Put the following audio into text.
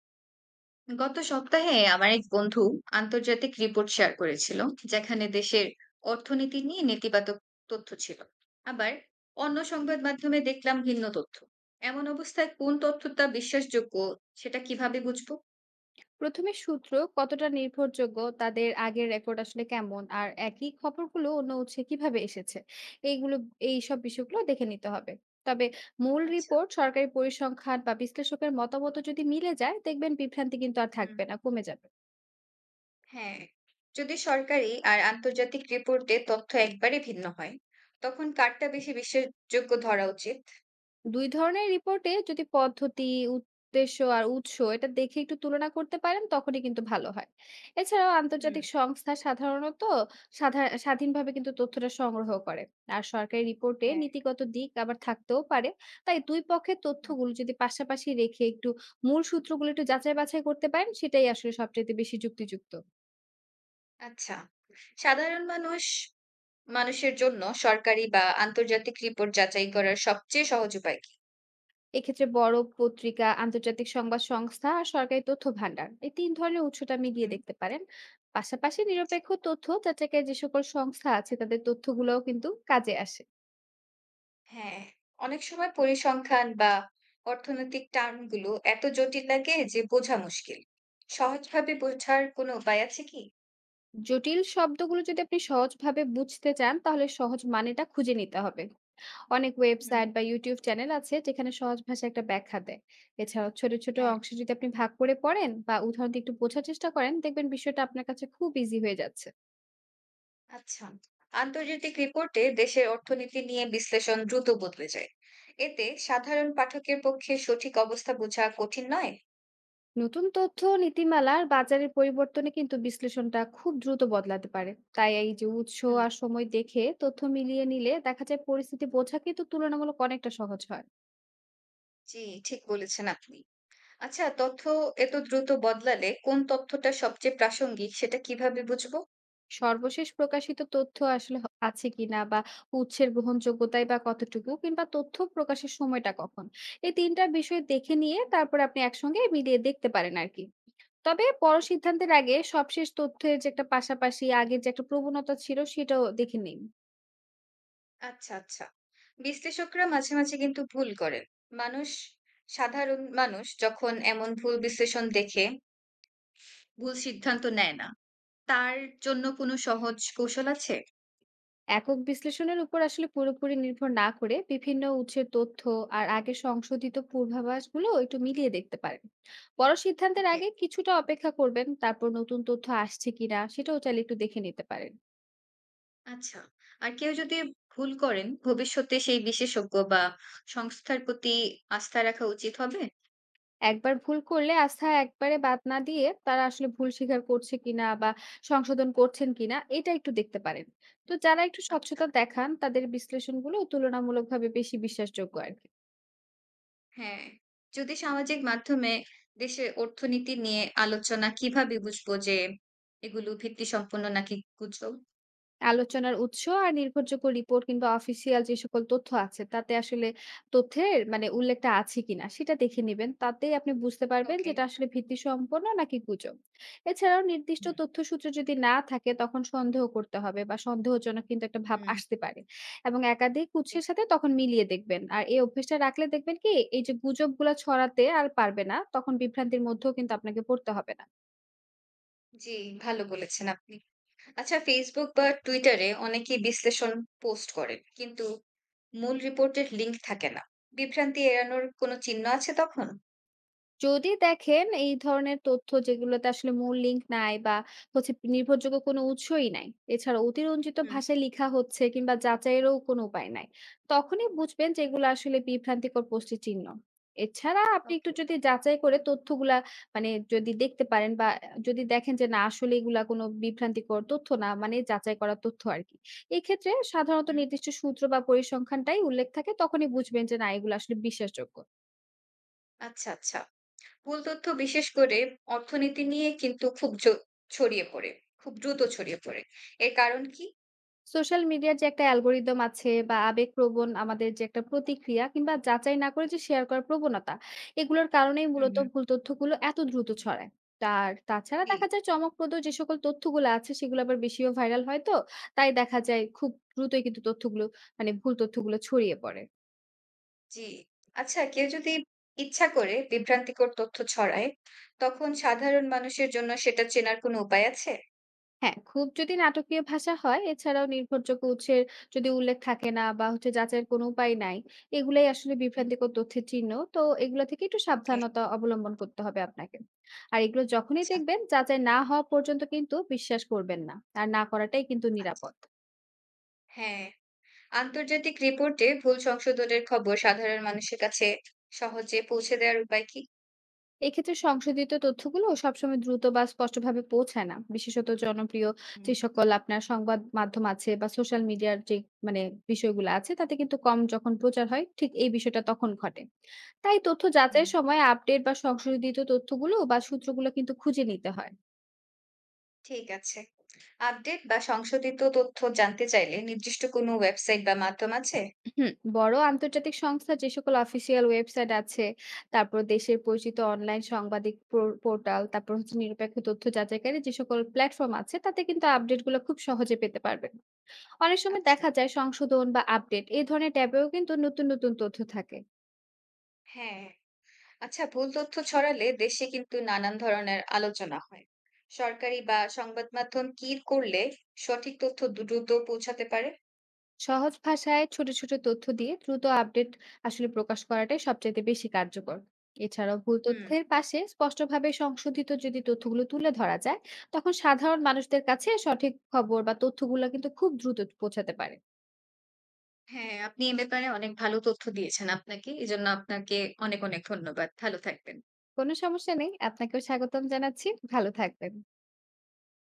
গত সপ্তাহে আমার এক বন্ধু আন্তর্জাতিক রিপোর্ট শেয়ার করেছিল, যেখানে দেশের অর্থনীতি নিয়ে নেতিবাচক তথ্য ছিল। আবার অন্য সংবাদ মাধ্যমে দেখলাম ভিন্ন তথ্য। এমন অবস্থায় কোন তথ্যটা বিশ্বাসযোগ্য, সেটা কিভাবে বুঝবো? প্রথমে সূত্র কতটা নির্ভরযোগ্য, তাদের আগের রেকর্ড আসলে কেমন, আর একই খবরগুলো অন্য উৎসে কিভাবে এসেছে, এইগুলো এই সব বিষয়গুলো দেখে নিতে হবে। তবে মূল আচ্ছা। রিপোর্ট, সরকারি পরিসংখ্যান বা বিশ্লেষকের মতামত যদি মিলে যায় দেখবেন বিভ্রান্তি কিন্তু আর হুম। থাকবে না, কমে যাবে। হ্যাঁ, যদি সরকারি আর আন্তর্জাতিক রিপোর্টে তথ্য একবারে ভিন্ন হয়, তখন কারটা বেশি বিশ্বাসযোগ্য ধরা উচিত? ২ ধরনের রিপোর্টে যদি পদ্ধতি, উদ্দেশ্য আর উৎস এটা দেখে একটু তুলনা করতে পারেন তখনই কিন্তু ভালো হয়। এছাড়াও হুম। আন্তর্জাতিক সংস্থা সাধারণত স্বাধীনভাবে কিন্তু তথ্যটা সংগ্রহ করে। আর সরকারি রিপোর্টে হ্যাঁ। নীতিগত দিক আবার থাকতেও পারে। তাই ২ পক্ষের তথ্যগুলো যদি পাশাপাশি রেখে একটু মূল সূত্রগুলো একটু যাচাই বাছাই করতে পারেন সেটাই আসলে সবচাইতে বেশি যুক্তিযুক্ত। আচ্ছা, সাধারণ মানুষ মানুষের জন্য সরকারি বা আন্তর্জাতিক রিপোর্ট যাচাই করার সবচেয়ে সহজ উপায় কি? এক্ষেত্রে বড় পত্রিকা, আন্তর্জাতিক সংবাদ সংস্থা আর সরকারি তথ্য ভান্ডার, এই তিন ধরনের উৎসটা মিলিয়ে হুম, দেখতে পারেন। পাশাপাশি আচ্ছা। নিরপেক্ষ তথ্য যাচাইকারী যে সকল সংস্থা আছে তাদের তথ্যগুলোও কিন্তু কাজে আসে। হ্যাঁ, অনেক সময় পরিসংখ্যান বা অর্থনৈতিক টার্ম গুলো এত জটিল লাগে যে বোঝা মুশকিল। সহজভাবে বোঝার কোনো উপায় আছে কি? জটিল শব্দগুলো যদি আপনি সহজভাবে বুঝতে চান তাহলে সহজ মানেটা খুঁজে নিতে হবে। অনেক হুম, ওয়েবসাইট বা YouTube চ্যানেল আছে যেখানে সহজ ভাষায় একটা ব্যাখ্যা দেয়। এছাড়াও ছোট, ছোট হ্যাঁ। অংশে যদি আপনি ভাগ করে পড়েন বা উদাহরণ দিয়ে একটু বোঝার চেষ্টা করেন দেখবেন বিষয়টা আপনার কাছে খুব ইজি হয়ে যাচ্ছে। আচ্ছা। আন্তর্জাতিক রিপোর্টে দেশের অর্থনীতি নিয়ে বিশ্লেষণ দ্রুত বদলে যায়। এতে সাধারণ পাঠকের পক্ষে সঠিক অবস্থা বোঝা কঠিন নয়? নতুন তথ্য, নীতিমালার, বাজারের পরিবর্তনে কিন্তু বিশ্লেষণটা খুব দ্রুত বদলাতে পারে। তাই এই যে উৎস হুম। আর সময় দেখে তথ্য মিলিয়ে নিলে দেখা যায় পরিস্থিতি বোঝা কিন্তু তুলনামূলক অনেকটা সহজ হয়। জি, ঠিক বলেছেন আপনি। আচ্ছা, তথ্য এত দ্রুত বদলালে কোন তথ্যটা সবচেয়ে প্রাসঙ্গিক সেটা কিভাবে বুঝবো? সর্বশেষ প্রকাশিত তথ্য আসলে আছে কিনা বা উৎসের গ্রহণযোগ্যতাই বা কতটুকু কিংবা তথ্য প্রকাশের সময়টা কখন, এই তিনটা বিষয় দেখে নিয়ে তারপর আপনি একসঙ্গে মিলিয়ে দেখতে পারেন আর কি। তবে বড় ওকে, সিদ্ধান্তের আগে সবশেষ তথ্যের যে একটা, পাশাপাশি আগের যে একটা প্রবণতা ছিল সেটাও দেখে নিন। আচ্ছা আচ্ছা। বিশ্লেষকরা মাঝে মাঝে কিন্তু ভুল করেন। মানুষ সাধারণ মানুষ যখন এমন ভুল বিশ্লেষণ দেখে ভুল সিদ্ধান্ত নেয় না, তার জন্য কোনো সহজ কৌশল আছে? একক বিশ্লেষণের উপর আসলে পুরোপুরি নির্ভর না করে বিভিন্ন উৎসের তথ্য আর আগে সংশোধিত পূর্বাভাসগুলো একটু মিলিয়ে দেখতে পারেন। বড় সিদ্ধান্তের ওকে। আগে কিছুটা অপেক্ষা করবেন, তারপর নতুন তথ্য আসছে কিনা সেটাও চাইলে একটু দেখে নিতে পারেন। আচ্ছা। আর কেউ যদি ভুল করেন ভবিষ্যতে সেই বিশেষজ্ঞ বা সংস্থার প্রতি আস্থা রাখা উচিত হবে? একবার ভুল করলে আস্থা একবারে বাদ না দিয়ে তারা আসলে ভুল স্বীকার করছে কিনা বা সংশোধন করছেন কিনা এটা একটু দেখতে পারেন। তো যারা একটু আচ্ছা। স্বচ্ছতা দেখান তাদের বিশ্লেষণগুলো তুলনামূলকভাবে বেশি বিশ্বাসযোগ্য আর কি। হ্যাঁ, যদি সামাজিক মাধ্যমে দেশের অর্থনীতি নিয়ে আলোচনা, কিভাবে বুঝবো যে এগুলো ভিত্তিসম্পন্ন নাকি গুজব? আলোচনার উৎস আর নির্ভরযোগ্য রিপোর্ট কিংবা অফিসিয়াল যে সকল তথ্য আছে তাতে আসলে তথ্যের মানে উল্লেখটা আছে কিনা সেটা দেখে নেবেন, তাতেই আপনি বুঝতে পারবেন যে ওকে। এটা আসলে ভিত্তি সম্পন্ন নাকি গুজব। এছাড়াও নির্দিষ্ট হুম। তথ্যসূত্র যদি না থাকে তখন সন্দেহ করতে হবে, বা সন্দেহজনক কিন্তু একটা ভাব হুম, আসতে পারে। এবং একাধিক জি, উৎসের সাথে তখন মিলিয়ে দেখবেন, আর এই অভ্যেসটা রাখলে দেখবেন কি এই যে গুজবগুলা ছড়াতে আর পারবে না, তখন বিভ্রান্তির মধ্যেও কিন্তু আপনাকে পড়তে হবে না। জি, ভালো বলেছেন আপনি। আচ্ছা, Facebook বা Twitter এ অনেকেই বিশ্লেষণ পোস্ট করেন। কিন্তু মূল রিপোর্টের লিঙ্ক থাকে না। বিভ্রান্তি এড়ানোর কোনো চিহ্ন আছে তখন? যদি দেখেন এই ধরনের তথ্য, যেগুলোতে আসলে মূল লিঙ্ক নাই বা হচ্ছে নির্ভরযোগ্য কোনো উৎসই নাই, এছাড়া অতিরঞ্জিত হুম। ভাষায় লিখা হচ্ছে কিংবা যাচাইয়েরও কোনো উপায় নাই, তখনই বুঝবেন যে এগুলো আসলে বিভ্রান্তিকর পোস্টের চিহ্ন। এছাড়া আপনি একটু ওকে। যদি যাচাই করে তথ্যগুলা মানে যদি দেখতে পারেন, বা যদি দেখেন যে না আসলে এগুলা কোনো বিভ্রান্তিকর তথ্য না মানে যাচাই করা তথ্য আরকি। এক্ষেত্রে সাধারণত হুম, নির্দিষ্ট সূত্র বা পরিসংখ্যানটাই উল্লেখ থাকে, তখনই বুঝবেন যে না এগুলো আসলে বিশ্বাসযোগ্য। আচ্ছা, আচ্ছা। ভুল তথ্য বিশেষ করে অর্থনীতি নিয়ে কিন্তু খুব ছড়িয়ে পড়ে। খুব দ্রুত ছড়িয়ে পড়ে। এর কারণ কি? সোশ্যাল মিডিয়ার যে একটা অ্যালগরিদম আছে, বা আবেগপ্রবণ আমাদের যে একটা প্রতিক্রিয়া, কিংবা যাচাই না করে যে শেয়ার করার প্রবণতা, এগুলোর কারণেই মূলত হুম, ভুল তথ্যগুলো এত দ্রুত ছড়ায়। আর তাছাড়া জি, দেখা যায় চমকপ্রদ যে সকল তথ্যগুলো আছে সেগুলো আবার বেশিও ভাইরাল হয় তো। তাই দেখা যায় খুব দ্রুতই কিন্তু তথ্যগুলো মানে ভুল তথ্যগুলো ছড়িয়ে পড়ে। জি। আচ্ছা, কেউ যদি ইচ্ছা করে বিভ্রান্তিকর তথ্য ছড়ায়, তখন সাধারণ মানুষের জন্য সেটা চেনার কোনো উপায় আছে? হ্যাঁ, খুব যদি নাটকীয় ভাষা হয়, এছাড়াও নির্ভরযোগ্য উৎসের যদি উল্লেখ থাকে না বা হচ্ছে যাচাইয়ের কোনো উপায় নাই, এগুলাই আসলে হুম। বিভ্রান্তিকর তথ্যের চিহ্ন। তো এগুলো থেকে একটু ওকে, সাবধানতা অবলম্বন করতে হবে আপনাকে। আর এগুলো যখনই আচ্ছা, দেখবেন যাচাই না হওয়া পর্যন্ত কিন্তু বিশ্বাস করবেন না। আর না করাটাই কিন্তু আচ্ছা। নিরাপদ। হ্যাঁ, আন্তর্জাতিক রিপোর্টে ভুল সংশোধনের খবর সাধারণ মানুষের কাছে সহজে পৌঁছে দেওয়ার উপায় কি? এক্ষেত্রে সংশোধিত তথ্যগুলো সবসময় দ্রুত বা স্পষ্টভাবে পৌঁছায় না, বিশেষত জনপ্রিয় হুম। যে সকল আপনার সংবাদ মাধ্যম আছে বা সোশ্যাল মিডিয়ার যে মানে বিষয়গুলো আছে তাতে কিন্তু কম যখন প্রচার হয় ঠিক এই বিষয়টা তখন ঘটে। তাই তথ্য হুম, যাচাইয়ের সময় আপডেট বা সংশোধিত তথ্যগুলো বা সূত্রগুলো কিন্তু খুঁজে নিতে হয়। ঠিক আছে। আপডেট বা সংশোধিত তথ্য জানতে চাইলে নির্দিষ্ট কোনো ওয়েবসাইট বা মাধ্যম আছে? হুম, বড় আন্তর্জাতিক সংস্থা যে সকল অফিসিয়াল ওয়েবসাইট আছে, তারপর দেশের পরিচিত অনলাইন সাংবাদিক পোর্টাল, তারপর হচ্ছে নিরপেক্ষ তথ্য যাচাইকারী যে সকল প্ল্যাটফর্ম আছে, তাতে কিন্তু আপডেটগুলো খুব সহজে পেতে পারবেন। অনেক সময় আচ্ছা, দেখা যায় সংশোধন বা আপডেট এই ধরনের ট্যাবেও কিন্তু নতুন নতুন তথ্য থাকে। হ্যাঁ। আচ্ছা, ভুল তথ্য ছড়ালে দেশে কিন্তু নানান ধরনের আলোচনা হয়। সরকারি বা সংবাদ মাধ্যম কি করলে সঠিক তথ্য দ্রুত পৌঁছাতে পারে? সহজ ভাষায় ছোট ছোট তথ্য দিয়ে দ্রুত আপডেট আসলে প্রকাশ করাটাই সবচেয়ে বেশি কার্যকর। এছাড়াও ভুল হুম। তথ্যের পাশে স্পষ্টভাবে সংশোধিত যদি তথ্যগুলো তুলে ধরা যায়, তখন সাধারণ মানুষদের কাছে সঠিক খবর বা তথ্যগুলো কিন্তু খুব দ্রুত পৌঁছাতে পারে। হ্যাঁ, আপনি এ ব্যাপারে অনেক ভালো তথ্য দিয়েছেন, আপনাকে অনেক অনেক ধন্যবাদ। ভালো থাকবেন। কোনো সমস্যা নেই, আপনাকেও স্বাগতম জানাচ্ছি, ভালো থাকবেন।